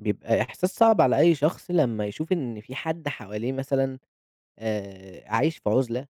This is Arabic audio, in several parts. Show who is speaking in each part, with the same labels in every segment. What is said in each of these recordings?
Speaker 1: بيبقى إحساس صعب على أي شخص لمّا يشوف إن في حد حواليه مثلًا عايش في عُزلة،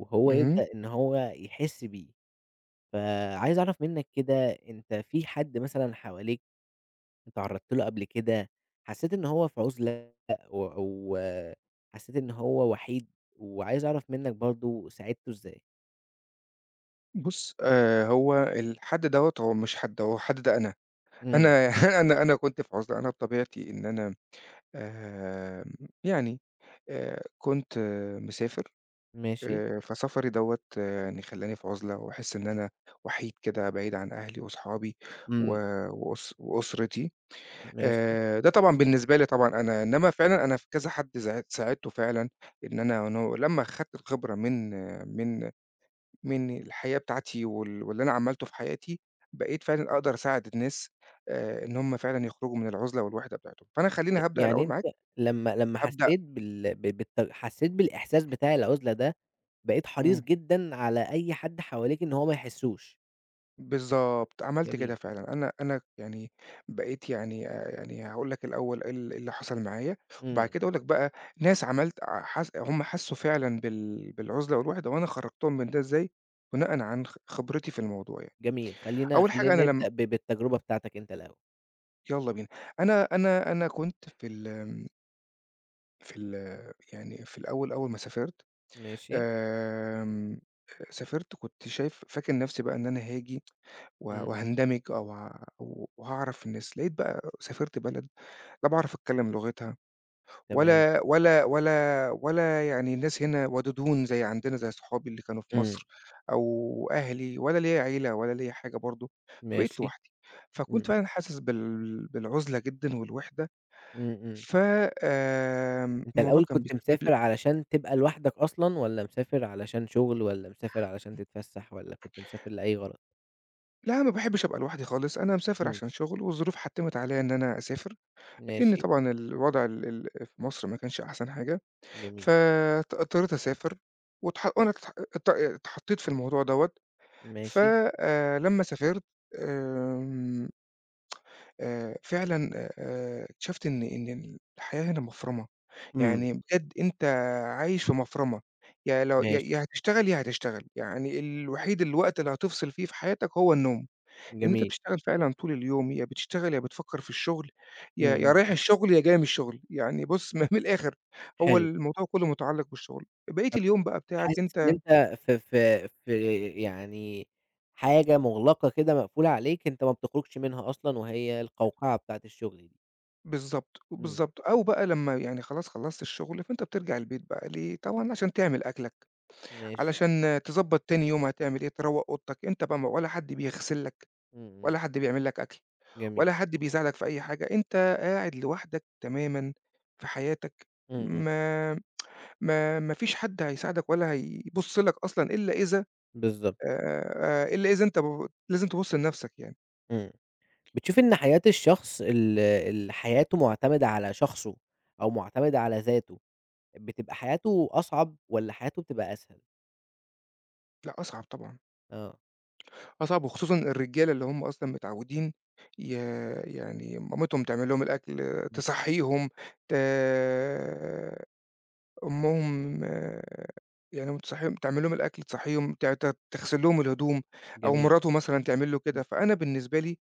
Speaker 1: وهو
Speaker 2: اهم.
Speaker 1: يبدأ إن هو يحس بيه، فعايز أعرف منّك كده أنت في حد مثلًا حواليك اتعرّضت له قبل كده، حسّيت إن هو في عُزلة أو حسّيت إن هو وحيد، وعايز أعرف منّك برضه ساعدته إزاي؟
Speaker 2: بُص، هو الحد دوّة هو مش حد، هو الحد ده أنا.
Speaker 1: إمم،
Speaker 2: أنا أنا كنت في عُزلة. أنا بطبيعتي إن أنا آمم يعني كنت مسافر.
Speaker 1: ماشي،
Speaker 2: فسفري دوّة يعني خلّاني في عُزلة وأحس إن أنا وحيد كده بعيد عن أهلي وأصحابي و
Speaker 1: إمم،
Speaker 2: وأس وأسرتي.
Speaker 1: ماشي،
Speaker 2: ده طبعًا بالنسبة لي طبعًا أنا، إنّما فعلًا أنا في كذا حد ساعدته فعلًا، إن أنا إنه لمّا خدت الخبرة من الحياة بتاعتي واللي أنا عملته في حياتي. بقيت فعلًا أقدر أساعد الناس، إن هُم فعلًا يخرجوا من العزلة والوحدة بتاعتهم. فأنا خلّيني
Speaker 1: ي
Speaker 2: هابدأ
Speaker 1: يعني
Speaker 2: الأول معاك.
Speaker 1: أنت لمّا
Speaker 2: هابدأ
Speaker 1: حسّيت بالإحساس بتاع العُزلة ده بقيت حريص
Speaker 2: إمم،
Speaker 1: جدًا على أي حد حواليكِ إن هو ما يحسّوش.
Speaker 2: بالضبط، عملت كده
Speaker 1: جميل،
Speaker 2: فعلًا. أنا يعني بقيت يعني، يعني هاقول لك الأول إيه اللي حصل معايا. وبعد
Speaker 1: إمم،
Speaker 2: كده أقول لك بقى ناس عملت ع حس هُم حسّوا فعلًا بالعزلة والوحدة، وأنا خرجتهم من ده إزاي، بناءً عن خبرتي في الموضوع يعني.
Speaker 1: جميل. خلّينا
Speaker 2: أول حاجة أنا
Speaker 1: خلّينا
Speaker 2: لم
Speaker 1: نبدأ بالتجربة بتاعتك أنت الأول.
Speaker 2: يالّا بينا. أنا كنت في ال في ال يعني في الأول أول ما سافرت.
Speaker 1: ماشي،
Speaker 2: آمم، سافرت كنت شايف فاكر نفسي بقى إن أنا هاجي
Speaker 1: إمم،
Speaker 2: وهاندمج أو ه وهاعرف الناس. لقيت بقى سافرت بلد لا باعرف أتكلم لغتها
Speaker 1: تمام،
Speaker 2: ولا يعني الناس هنا ودودون زي عندنا زي صحابي اللي كانوا في
Speaker 1: إمم،
Speaker 2: مصر أو أهلي، ولا ليّا عيلة ولا ليّا حاجة برضه. فبقيت
Speaker 1: ماشي،
Speaker 2: لوحدي. فكنت
Speaker 1: إمم،
Speaker 2: فعلًا حاسس بالعزلة جدًا والوحدة.
Speaker 1: إمم، إمم.
Speaker 2: ف آمم،
Speaker 1: أنت
Speaker 2: الموضوع
Speaker 1: الأول
Speaker 2: كان
Speaker 1: كنت
Speaker 2: بيسبب لي
Speaker 1: مسافر علشان تبقى لوحدك أصلًا والّا مسافر علشان شغل والّا مسافر علشان تتفسّح والّا كنت مسافر لأي غرض؟
Speaker 2: لأ، ما باحبش أبقى لوحدي خالص. أنا مسافر
Speaker 1: إمم،
Speaker 2: عشان شغل والظروف حتّمت عليّا إن أنا أسافر، لإن
Speaker 1: ماشي،
Speaker 2: طبعًا الوضع ال ال في مصر ما كانش أحسن حاجة.
Speaker 1: جميل،
Speaker 2: اضطريت أسافر واتح وأنا اتح ات اتحطيت في الموضوع دوّة. ف
Speaker 1: ماشي،
Speaker 2: لمّا سافرت، آمم، فعلًا، اكتشفت إن إن الحياة هنا مفرمة.
Speaker 1: إمم،
Speaker 2: يعني بجد أنت عايش في مفرمة. يا لو يا يا
Speaker 1: ماشي،
Speaker 2: هتشتغل يا هتشتغل. يعني الوحيد الوقت اللي هتفصل فيه في حياتك هو النوم. إن أنت
Speaker 1: جميل،
Speaker 2: بتشتغل فعلًا طول اليوم، يا بتشتغل يا بتفكّر في الشغل،
Speaker 1: إمم،
Speaker 2: يا
Speaker 1: إمم،
Speaker 2: يا رايح
Speaker 1: إمم،
Speaker 2: الشغل يا جاي من الشغل. يعني بُص من الآخر، هو
Speaker 1: حلو.
Speaker 2: الموضوع كُلّه متعلّق بالشغل، بقية اليوم بقى بتاعك
Speaker 1: حاسس إن
Speaker 2: أنت.
Speaker 1: أنت في يعني حاجة مُغلقة كده مقفولة عليك، أنت ما بتخرجش منها أصلًا وهي القوقعة بتاعة الشغل دي.
Speaker 2: بالضبط،
Speaker 1: إمم،
Speaker 2: بالضبط، أو بقى لمّا يعني خلاص خلّصت الشغل فأنت بترجع البيت بقى ليه، طبعًا عشان تعمل أكلك،
Speaker 1: ماشي،
Speaker 2: علشان تضبّط تاني يوم هتعمل إيه، تروّق أوضتك. أنت بقى ما ولا حد بيغسل لك
Speaker 1: إمم، إمم،
Speaker 2: ولا حد بيعمل لك أكل
Speaker 1: جميل،
Speaker 2: ولا حد بيساعدك في أي حاجة. أنت قاعد لوحدك تمامًا في حياتك.
Speaker 1: إمم، إمم،
Speaker 2: ما ما فيش حد هيساعدك ولا هيبُص لك أصلًا إلا إذا،
Speaker 1: بالضبط،
Speaker 2: إلا إذا أنت ب لازم تبُص لنَفْسك يعني.
Speaker 1: إمم. بتشوف إن حياة الشخص اللي حياته مُعتمدة على شخصه أو مُعتمدة على ذاته، بتبقى حياته أصعب والّا حياته بتبقى أسهل؟
Speaker 2: لأ أصعب طبعًا.
Speaker 1: آه،
Speaker 2: أصعب، وخصوصًا الرجالة اللي هم أصلًا متعوّدين ي يعني مامتهم تعمل لهم الأكل،
Speaker 1: م
Speaker 2: تصحّيهم، ت أمهم يعني تصحيهم تعمل لهم الأكل، تصحيهم، ت ت تغسل لهم الهدوم، أو
Speaker 1: جميل،
Speaker 2: مراته مثلًا تعمل له
Speaker 1: إمم،
Speaker 2: كده. فأنا بالنسبة لي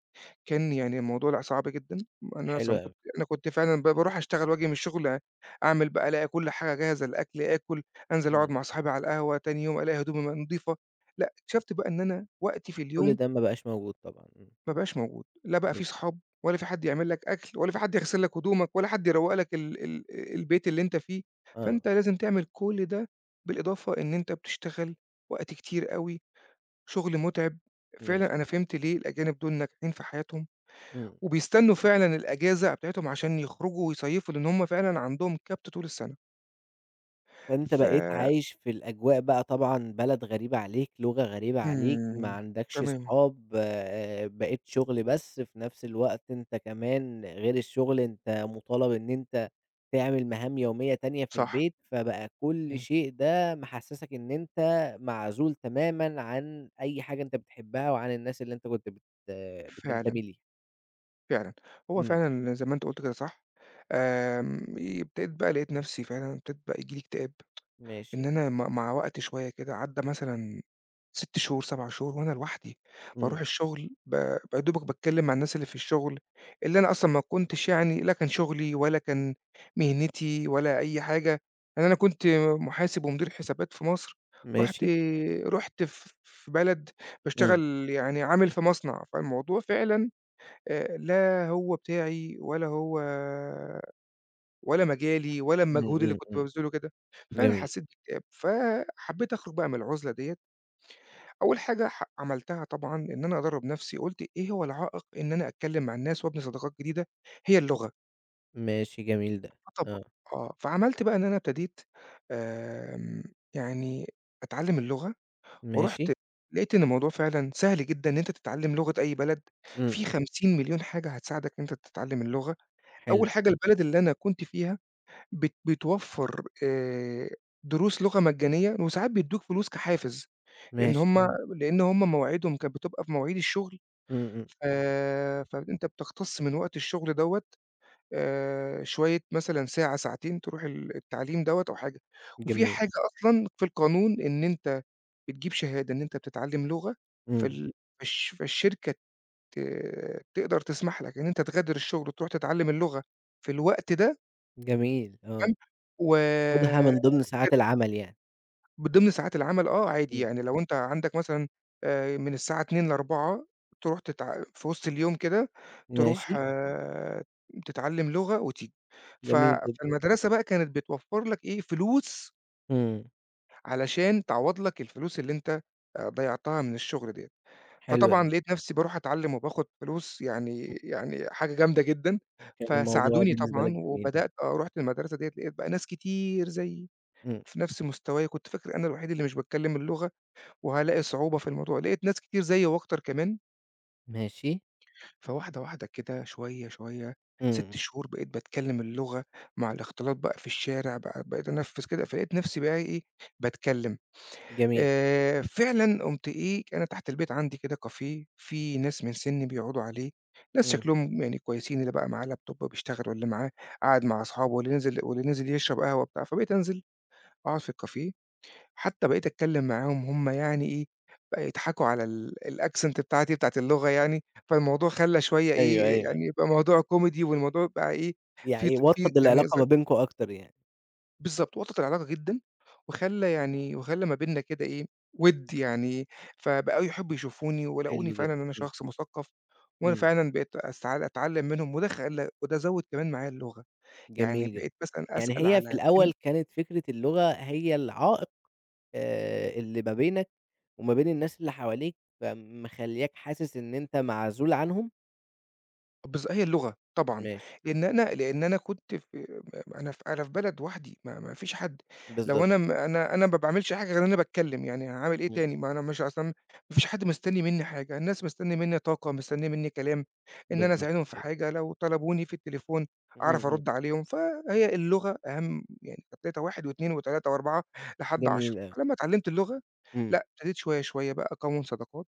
Speaker 2: كان يعني الموضوع لأ صعب جدًا. أنا
Speaker 1: حلو
Speaker 2: أصلًا كنت
Speaker 1: أوي،
Speaker 2: أنا كنت فعلًا باروح أشتغل وآجي من الشغل، أعمل بقى ألاقي كل حاجة جاهزة، الأكل آكل، أنزل
Speaker 1: إمم،
Speaker 2: أقعد مع صحابي على القهوة، تاني يوم ألاقي هدومي نضيفة. لأ اكتشفت بقى إن أنا وقتي في
Speaker 1: كل
Speaker 2: اليوم
Speaker 1: ده ما بقاش موجود طبعًا، إمم،
Speaker 2: ما بقاش موجود. لا بقى في
Speaker 1: بالضبط،
Speaker 2: صحاب ولا في حد يعمل لك أكل ولا في حد يغسل لك هدومك ولا حد يروّق لك ال ال البيت اللي أنت فيه.
Speaker 1: آه،
Speaker 2: فأنت لازم تعمل كل ده بالإضافة إن أنت بتشتغل وقت كتير أوي، شغل مُتعب.
Speaker 1: ماشي،
Speaker 2: فعلًا أنا فهمت ليه الأجانب دول ناجحين في حياتهم
Speaker 1: إمم.
Speaker 2: وبيستنوا فعلًا الأجازة بتاعتهم عشان يخرجوا ويصيّفوا، لإن هم فعلًا عندهم كَبْت طول السَنة.
Speaker 1: فأنت
Speaker 2: ف
Speaker 1: بقيت عايش في الأجواء بقى طبعًا بلد غريبة عليك، لغة غريبة عليك، ما
Speaker 2: إمم،
Speaker 1: عندكش
Speaker 2: تمام،
Speaker 1: صحاب، بقيت شغل بس، في نفس الوقت أنت كمان غير الشغل أنت مطالب إن أنت تعمل مهام يومية تانية في
Speaker 2: صح،
Speaker 1: البيت، فبقى كل
Speaker 2: إمم،
Speaker 1: شيء ده محسسك إن أنت معزول تمامًا عن أي حاجة أنت بتحبها وعن الناس اللي أنت كنت بت
Speaker 2: فعلًا.
Speaker 1: بتنتمي ليها.
Speaker 2: فعلًا، هو
Speaker 1: إمم،
Speaker 2: فعلًا زي ما أنت قُلت كده صح. ابتديت بقى لقيت نفسي فعلًا ابتديت بقى ييجي لي اكتئاب. إن
Speaker 1: ماشي،
Speaker 2: أنا مع وقت شوية كده عدّى مثلًا 6 شهور، 7 شهور وأنا لوحدي، باروح
Speaker 1: إمم،
Speaker 2: الشغل ب ب يا دوبك باتكلم مع الناس اللي في الشغل، اللي أنا أصلًا ما كنتش، يعني لا كان شغلي ولا كان مهنتي ولا أي حاجة. يعني أنا كنت محاسب ومدير حسابات في مصر. رُحت
Speaker 1: ماشي،
Speaker 2: رُحت ف في بلد
Speaker 1: إمم،
Speaker 2: باشتغل يعني عامل في مصنع. فالموضوع فعلًا لا هو بتاعي ولا هو، ولا مجالي ولا
Speaker 1: إمم،
Speaker 2: المجهود اللي
Speaker 1: إمم،
Speaker 2: كنت
Speaker 1: إمم،
Speaker 2: بابذله كده. فأنا
Speaker 1: جميل،
Speaker 2: حسّيت باكتئاب، فحبّيت أخرُج بقى من العُزلة ديّة. أول حاجة ح عملتها طبعًا إن أنا أدرّب نَفْسي. قُلت إيه هو العائق إن أنا أتكلّم مع الناس وأبني صداقات جديدة؟ هي اللغة.
Speaker 1: ماشي جميل ده،
Speaker 2: فطب
Speaker 1: آه.
Speaker 2: آه. فعملت بقى إن أنا ابتديت آمم يعني أتعلّم اللغة.
Speaker 1: ماشي،
Speaker 2: ورُحت لقيت إن الموضوع فعلًا سهل جدًا إن أنت تتعلّم لغة أي بلد.
Speaker 1: إمم،
Speaker 2: في 50 مليون حاجة هتساعدك إن أنت تتعلّم اللغة.
Speaker 1: حلو،
Speaker 2: أول حاجة، البلد اللي أنا كنت فيها بتوفّر دروس لغة مجانية، وساعات بيدّوك فلوس كحافز. لإن
Speaker 1: ماشي،
Speaker 2: هم إمم. لإن هم مواعيدهم كانت بتبقى في مواعيد الشغل.
Speaker 1: إمم، إمم،
Speaker 2: ف فأنت بتختص من وقت الشغل دوّة شوية، مثلًا ساعة، ساعتين تروح التعليم دوّة أو حاجة. وفي
Speaker 1: جميل،
Speaker 2: حاجة أصلًا في القانون إن أنت بتجيب شهادة إن أنت بتتعلم لغة.
Speaker 1: إمم،
Speaker 2: فال فالشركة ت تقدر تسمح لك إن أنت تغادر الشغل وتروح تتعلم اللغة في الوقت ده.
Speaker 1: جميل، آه،
Speaker 2: تمام. و
Speaker 1: تاخدها من ضمن ساعات العمل يعني،
Speaker 2: ضمن ساعات العمل آه، عادي
Speaker 1: إمم،
Speaker 2: يعني لو أنت عندك مثلًا، من الساعة 14:00 ل16:00 تروح في وسط اليوم كده تروح،
Speaker 1: ماشي،
Speaker 2: تتعلم لغة وتيجي. ف
Speaker 1: جميل جدًا،
Speaker 2: فالمدرسة بقى كانت بتوفّر لك إيه، فلوس
Speaker 1: إمم،
Speaker 2: علشان تعوّض لك الفلوس اللي أنت ضيّعتها من الشغل ديّة.
Speaker 1: حلو
Speaker 2: فطبعًا
Speaker 1: أوي،
Speaker 2: لقيت نفسي باروح أتعلم وباخد فلوس، يعني
Speaker 1: إمم،
Speaker 2: يعني حاجة جامدة جدًا.
Speaker 1: كان الموضوع
Speaker 2: فساعدوني
Speaker 1: بالنسبة
Speaker 2: طبعًا
Speaker 1: لك جميل أوي،
Speaker 2: وبدأت، رُحت المدرسة ديّة لقيت بقى ناس كتير زيي.
Speaker 1: إمم،
Speaker 2: في نفس مستواي، كنت فاكر أنا الوحيد اللي مش باتكلم اللغة وهالاقي صعوبة في الموضوع. لقيت ناس كتير زيي وأكتر كمان.
Speaker 1: ماشي،
Speaker 2: فواحدة واحدة كده شوية، شوية
Speaker 1: إمم،
Speaker 2: 6 شهور بقيت باتكلم اللغة. مع الاختلاط بقى في الشارع بقى بقيت أنفذ كده. فلقيت نفسي بقى إيه، باتكلم.
Speaker 1: جميل،
Speaker 2: فعلًا قُمت إيه، أنا تحت البيت عندي كده كافيه، في ناس من سني بيقعدوا عليه، ناس
Speaker 1: إمم،
Speaker 2: شكلهم يعني كويسين، اللي بقى معاه لابتوب بيشتغل واللي معاه قاعد مع أصحابه واللي نزل واللي نزل يشرب قهوة وبتاع. فبقيت أنزل أقعد في الكافيه، حتى بقيت أتكلّم معاهم هم يعني إيه. بقى يضحكوا على الaccent بتاعتي بتاعة اللغة يعني. فالموضوع خلّى شوية
Speaker 1: أيوه،
Speaker 2: إيه،
Speaker 1: أيوه،
Speaker 2: يعني
Speaker 1: أيوه،
Speaker 2: يبقى موضوع كوميدي والموضوع بقى إيه. في
Speaker 1: يعني
Speaker 2: ط في
Speaker 1: وطّد
Speaker 2: يعني ز
Speaker 1: العلاقة ما بينكم أكتر يعني،
Speaker 2: بالضبط، وطّت العلاقة جدًا وخلّى يعني وخلّى ما بيننا كده إيه، وِد يعني. فبقوا يحبّوا يشوفوني ولاقوني
Speaker 1: حلو
Speaker 2: فعلًا
Speaker 1: جدًا،
Speaker 2: إن أنا
Speaker 1: إمم،
Speaker 2: شخص مثقّف. وأنا
Speaker 1: إمم،
Speaker 2: فعلًا بقيت أتعلّم منهم، وده خلّى وده زوّد كمان معايا اللغة. يعني
Speaker 1: جميل جدًا،
Speaker 2: بقيت مثلًا
Speaker 1: يعني
Speaker 2: أسأل
Speaker 1: هي في
Speaker 2: على كلمة.
Speaker 1: الأول كانت فكرة اللغة هي العائق اللي ما بينك وما بين الناس اللي حواليك، فمخلّياك حاسس إن أنت معزول عنهم؟
Speaker 2: هي اللغة طبعًا،
Speaker 1: ماشي،
Speaker 2: لإن أنا لإن أنا كنت في، م أنا في أنا في بلد وحدي، ما ما فيش حد. لو
Speaker 1: بالضبط،
Speaker 2: أنا م أنا أنا ما باعملش حاجة غير إن أنا باتكلم، يعني هاعمل إيه
Speaker 1: إمم،
Speaker 2: تاني؟ ما أنا مش أصلًا، ما فيش حد مستني منّي حاجة. الناس مستنية منّي طاقة، مستنية منّي كلام، إن أنا
Speaker 1: بالضبط،
Speaker 2: أساعدهم في
Speaker 1: أيوه،
Speaker 2: حاجة. لو طلبوني في التليفون
Speaker 1: إمم،
Speaker 2: أعرف
Speaker 1: إمم،
Speaker 2: أرُد عليهم. فهي اللغة أهم يعني. ابتديت 1 و2 و3 و4 لحد
Speaker 1: جميل
Speaker 2: 10.
Speaker 1: أوي،
Speaker 2: فلمّا اتعلمت اللغة
Speaker 1: إمم،
Speaker 2: لأ، ابتديت شوية، شوية بقى أكوّن صداقات.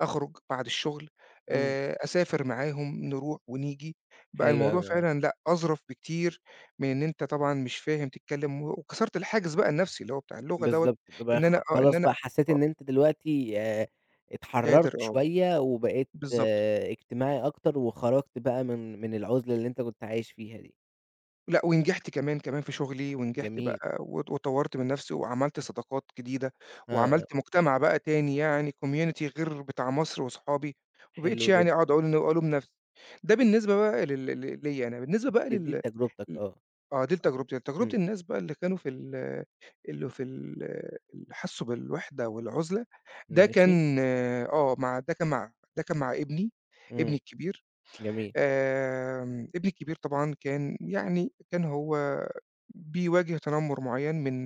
Speaker 2: أخرج بعد الشغل،
Speaker 1: إمم،
Speaker 2: أسافر معاهم، نروح ونيجي. بقى
Speaker 1: حلو
Speaker 2: الموضوع
Speaker 1: أوي،
Speaker 2: فعلًا لأ، أظرف بكتير من إن أنت طبعًا مش فاهم تتكلم. وكسرت الحاجز بقى النفسي اللي هو بتاع اللغة دوّة.
Speaker 1: بالضبط، بقى
Speaker 2: إن
Speaker 1: خ
Speaker 2: أنا آه، إن
Speaker 1: خلاص
Speaker 2: أنا
Speaker 1: بقى حسيت
Speaker 2: آه،
Speaker 1: إن أنت دلوقتي اتحررت
Speaker 2: قادر آه،
Speaker 1: شوية وبقيت
Speaker 2: بالضبط.
Speaker 1: اجتماعي أكتر، وخرجت بقى من العُزلة اللي أنت كنت عايش فيها دي،
Speaker 2: لأ، ونجحت كمان، كمان في شغلي ونجحت
Speaker 1: جميل،
Speaker 2: بقى وطوّرت من نَفْسي وعملت صداقات جديدة.
Speaker 1: آه، آه،
Speaker 2: وعملت مجتمع بقى تاني يعني community غير بتاع مصر وصحابي. ما بقيتش
Speaker 1: حلو
Speaker 2: يعني
Speaker 1: جدًا،
Speaker 2: أقعد أقول ألوم نَفْسي. ده بالنسبة بقى لل ل ليّا أنا. بالنسبة بقى
Speaker 1: دي
Speaker 2: لل
Speaker 1: دي
Speaker 2: ل
Speaker 1: لتجربتك آه،
Speaker 2: آه، دي لتجربتي. تجربة
Speaker 1: إمم،
Speaker 2: الناس بقى اللي كانوا في، ال اللي في ال اللي حسّوا بالوحدة والعُزلة. ده
Speaker 1: ماشي،
Speaker 2: كان آه، مع ده كان مع ده كان مع ابني، ابني
Speaker 1: إمم،
Speaker 2: الكبير.
Speaker 1: جميل،
Speaker 2: ابني الكبير طبعًا كان يعني كان هو بيواجه تنمر معيّن من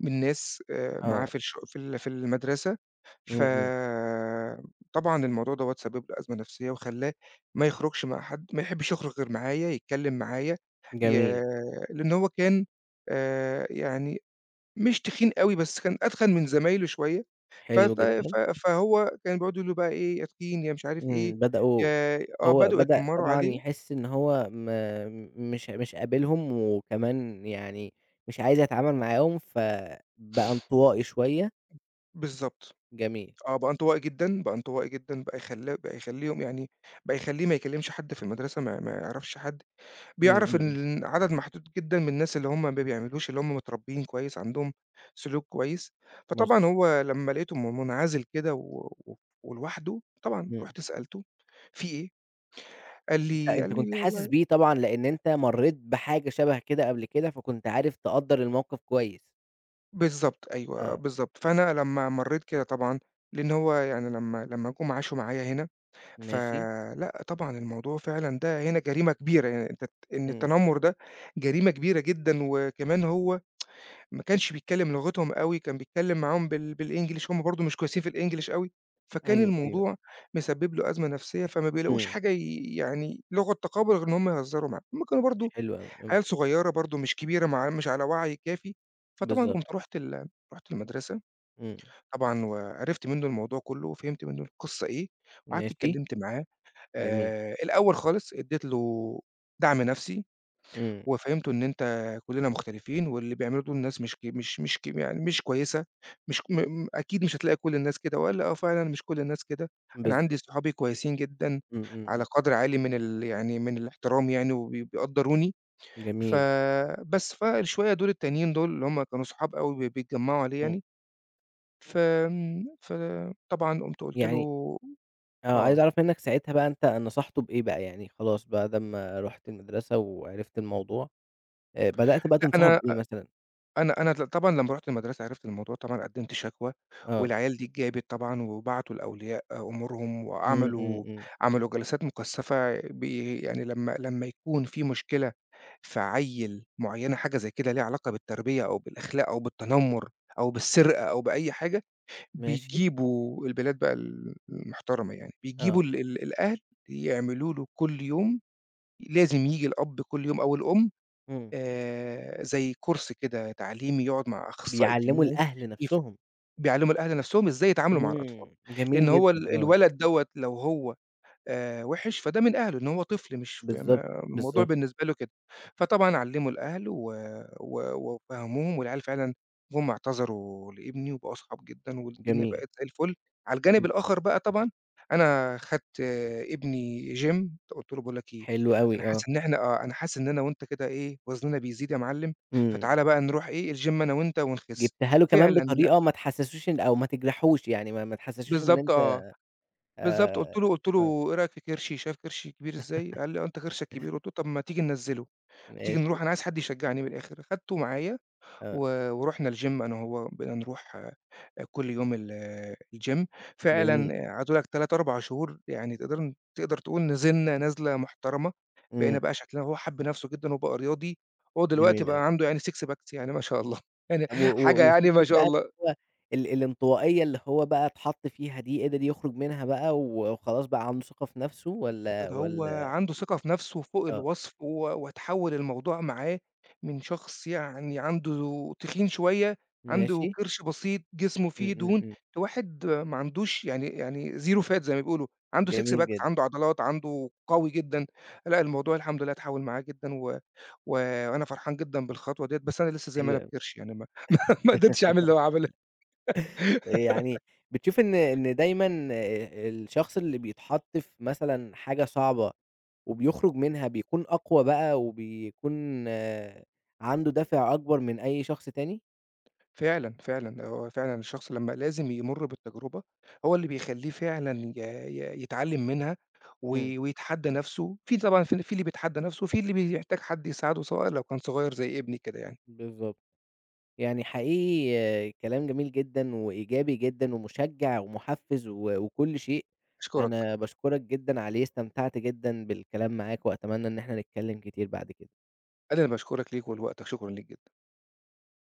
Speaker 2: من ناس معاه
Speaker 1: آه،
Speaker 2: في الش في ال في المدرسة.
Speaker 1: إمم، إمم.
Speaker 2: فطبعًا الموضوع دوّة سبب له أزمة نفسية وخلّاه ما يخرجش مع حد، ما يحبش يخرج غير معايا، يتكلّم معايا. ي
Speaker 1: جميل،
Speaker 2: لإن هو كان، آآ يعني مش تخين أوي، بس كان أتخن من زمايله شوية.
Speaker 1: حلو
Speaker 2: فت ف
Speaker 1: جدًا.
Speaker 2: فهو كان بيقعدوا يقولوا له بقى إيه: "يا تخين، يا مش عارف إيه،
Speaker 1: إمم،
Speaker 2: يا".
Speaker 1: هو
Speaker 2: بدؤوا
Speaker 1: بدأ
Speaker 2: يتنمروا
Speaker 1: طبعًا
Speaker 2: عليه.
Speaker 1: يحس إن هو م مش مش قابلهم، وكمان يعني مش عايز يتعامل معاهم، فبقى انطوائي شوية.
Speaker 2: بالضبط.
Speaker 1: جميل.
Speaker 2: بقى انطوائي جدًا، بقى
Speaker 1: إمم،
Speaker 2: انطوائي جدًا، بقى يخلّيهم يعني بقى يخلّيه ما يكلّمش حد في المدرسة، ما يعرفش حد.
Speaker 1: إمم،
Speaker 2: بيعرف
Speaker 1: إمم،
Speaker 2: إن عدد محدود جدًا من الناس اللي هم ما بيعملوش، اللي هم متربيين كويس، عندهم سلوك كويس.
Speaker 1: مضبوط.
Speaker 2: فطبعًا هو لمّا لقيته منعزل كده و و ولوحده، طبعًا
Speaker 1: إمم،
Speaker 2: رُحت سألته: "في إيه؟" قال
Speaker 1: أنت
Speaker 2: لي قال
Speaker 1: أنت
Speaker 2: لي:
Speaker 1: كنت حاسس
Speaker 2: "والله".
Speaker 1: بيه طبعًا، لإن أنت مرّيت بحاجة شبه كده قبل كده، فكنت عارف تقدّر الموقف كويس.
Speaker 2: بالضبط، أيوه،
Speaker 1: آه،
Speaker 2: بالضبط، فأنا لمّا مرّيت كده طبعًا، لإن هو يعني لمّا جُم عاشوا معايا هنا.
Speaker 1: ماشي.
Speaker 2: فلأ طبعًا الموضوع فعلًا ده هنا جريمة كبيرة. يعني أنت إن
Speaker 1: إمم،
Speaker 2: التنمر ده جريمة كبيرة جدًا. وكمان هو ما كانش بيتكلم لغتهم أوي، كان بيتكلم معاهم بالEnglish، هُم برضه مش كويسين في الEnglish أوي. فكان
Speaker 1: أيوه، أيوه.
Speaker 2: الموضوع مسبب له أزمة نفسية، فما بيلاقوش
Speaker 1: إمم،
Speaker 2: حاجة يعني لغة تقابل غير إن هُم يهزروا معاها. هُم كانوا برضه
Speaker 1: حلو أوي. إمم،
Speaker 2: عيال صغيرة برضه مش كبيرة، مع مش على وعي كافي. فطبعًا
Speaker 1: بالضبط.
Speaker 2: قمت رُحت ال رُحت المدرسة
Speaker 1: إمم،
Speaker 2: طبعًا وعرفت منه الموضوع كله، وفهمت منه القصة إيه. وقعدت
Speaker 1: ماشي،
Speaker 2: اتكلمت معاه،
Speaker 1: جميل.
Speaker 2: الأول خالص ادّيت له دعم نفسي.
Speaker 1: إمم،
Speaker 2: وفهّمته إن أنت كُلّنا مختلفين، واللي بيعمله دول ناس مش ك مش مش ك يعني مش كويسة، مش م م أكيد مش هتلاقي كل الناس كده. وقال لي: "آه فعلًا مش كل الناس كده. أنا عندي
Speaker 1: بالضبط.
Speaker 2: صحابي كويسين جدًا،
Speaker 1: إمم، إمم،
Speaker 2: على
Speaker 1: إمم،
Speaker 2: قدر عالي من يعني من الاحترام يعني بيقدّروني." ف
Speaker 1: جميل.
Speaker 2: بس، فالشوية دول التانيين دول اللي هم كانوا صحاب أوي بيتجمّعوا عليه
Speaker 1: إمم.
Speaker 2: يعني. فطبعًا قُلت له
Speaker 1: يعني آه، عايز
Speaker 2: آه،
Speaker 1: أعرف منّك ساعتها بقى أنت نصحته بإيه بقى؟ يعني خلاص بعد أمّا رُحت المدرسة وعرفت الموضوع، بدأت بقى
Speaker 2: لأ
Speaker 1: تنصحه
Speaker 2: أنا
Speaker 1: بإيه مثلًا؟
Speaker 2: أنا أنا ل طبعًا لمّا رُحت المدرسة عرفت الموضوع طبعًا قدّمت شكوى.
Speaker 1: آه.
Speaker 2: والعيال دي اتجابت طبعًا وبعتوا لأولياء أمورهم
Speaker 1: إمم، إمم، إمم،
Speaker 2: عملوا جلسات مكثّفة، يعني لمّا يكون في مشكلة في عيّل معيّنة حاجة زي كده ليها علاقة بالتربية أو بالأخلاق أو بالتنمُّر أو بالسرقة أو بأي حاجة،
Speaker 1: ماشي،
Speaker 2: بيجيبوا البلاد بقى المحترمة يعني، بيجيبوا
Speaker 1: آه،
Speaker 2: ال ال الأهل يعملوا له كل يوم. لازم ييجي الأب كل يوم أو الأم،
Speaker 1: إمم.
Speaker 2: زي course كده تعليمي يقعد مع أخصائي
Speaker 1: بيعلّموا
Speaker 2: اجتماعي.
Speaker 1: الأهل
Speaker 2: يف
Speaker 1: نَفْسهم.
Speaker 2: بيعلّموا الأهل نَفْسهم إزاي يتعاملوا مع الأطفال،
Speaker 1: إمم، جميل
Speaker 2: لإن هو
Speaker 1: جدًا، آه.
Speaker 2: الولد دوّة لو هو وِحِش، فده من أهله. إن هو طفل مش ف
Speaker 1: بالضبط،
Speaker 2: ما الموضوع
Speaker 1: بالضبط،
Speaker 2: بالنسبة له كده. فطبعًا علّموا الأهل و و وفهّموهم. والعيال فعلًا جُم اعتذروا لابني وبقوا أصحاب جدًا والدنيا
Speaker 1: جميل.
Speaker 2: بقت زي الفُل. على الجانب
Speaker 1: إمم،
Speaker 2: الآخر بقى طبعًا، أنا خدت آه، ابني gym. قُلت له: "باقول لك إيه،
Speaker 1: حلو
Speaker 2: أنا
Speaker 1: أوي، آه.
Speaker 2: حاسس إن إحنا آه، أنا حاسس إن أنا وأنت كده إيه، وزننا بيزيد يا معلِّم.
Speaker 1: إمم.
Speaker 2: فتعالَ بقى نروح إيه الgym أنا وأنت ونخِس."
Speaker 1: جبتها له كمان
Speaker 2: فعلًا
Speaker 1: بطريقة ما تحسّسوش أو ما تجرحوش، يعني ما تحسّسوش إن
Speaker 2: بالضبط
Speaker 1: أنت
Speaker 2: آه. بالضبط، قُلت له
Speaker 1: آآ
Speaker 2: قُلت له: "إيه رأيك في كرشي؟ شايف كرشي كبير إزاي؟" قال لي: "آه، أنت كرشك كبير." قُلت له: "طب ما تيجي ننزّله، تيجي
Speaker 1: ماشي،
Speaker 2: نروح." أنا عايز حد يشجعني من الآخر. خدته معايا
Speaker 1: آه،
Speaker 2: ورُحنا الgym أنا وهو. بقينا نروح كل يوم الgym.
Speaker 1: جميل.
Speaker 2: فعلًا آه، عايز أقول لك 3، 4 شهور يعني تقدر تقول نزلنا نزلة محترمة. بقينا
Speaker 1: إمم.
Speaker 2: بقى شكلنا هو حَب نَفْسه جدًا وبقى رياضي. هو دلوقتي
Speaker 1: جميل أوي.
Speaker 2: بقى عنده يعني six packs يعني ما شاء الله، يعني
Speaker 1: طب و
Speaker 2: حاجة
Speaker 1: و
Speaker 2: يعني ما
Speaker 1: وفكرة
Speaker 2: شاء
Speaker 1: بقى
Speaker 2: الله.
Speaker 1: اللي هو الانطوائية اللي هو بقى اتحط فيها دي، قدر يخرج منها بقى وخلاص بقى عنده ثقة في نفسه والّا
Speaker 2: كان هو
Speaker 1: والّا
Speaker 2: عنده ثقة في نفسه فوق
Speaker 1: آه،
Speaker 2: الوصف وتحوّل الموضوع معاه من شخص يعني عنده تخين شوية، عنده
Speaker 1: ماشي،
Speaker 2: كرش بسيط، جسمه
Speaker 1: إمم،
Speaker 2: فيه
Speaker 1: إمم،
Speaker 2: دهون،
Speaker 1: إمم،
Speaker 2: لواحد ما عندوش يعني يعني zero fat زي ما بيقولوا. عنده six
Speaker 1: جميل
Speaker 2: packs،
Speaker 1: جدًا،
Speaker 2: عنده عضلات، عنده قوي جدًا. لأ، الموضوع الحمد لله اتحوّل معاه جدًا و و وأنا فرحان جدًا بالخطوة ديّة، بس أنا لسه زي ما
Speaker 1: حلو
Speaker 2: أنا
Speaker 1: أوي.
Speaker 2: بكرش يعني ما ما قدرتش أعمل اللي هو عمله.
Speaker 1: يعني بتشوف إن دايمًا الشخص اللي بيتحط في مثلًا حاجة صعبة وبيخرج منها بيكون أقوى بقى وبيكون آه، عنده دافع أكبر من أي شخص تاني؟
Speaker 2: فعلًا، فعلًا، هو فعلًا الشخص لمّا لازم يمُر بالتجربة. هو اللي بيخلّيه فعلًا ي ي يتعلّم منها و
Speaker 1: إمم،
Speaker 2: ويتحدّى نَفْسه. في طبعًا في اللي بيتحدّى نَفْسه وفي اللي بيحتاج حد يساعده، سواء لو كان صغير زي ابني كده يعني.
Speaker 1: بالضبط. يعني حقيقي كلام جميل جدًا وإيجابي جدًا ومشجّع ومُحفِّز وكل شيء،
Speaker 2: أشكرك،
Speaker 1: أنا باشكرك جدًا عليه، استمتعت جدًا بالكلام معاك وأتمنى إن إحنا نتكلّم كتير بعد كده.
Speaker 2: أنا اللي باشكرك ليك ولوقتك، شكرًا ليك جدًا.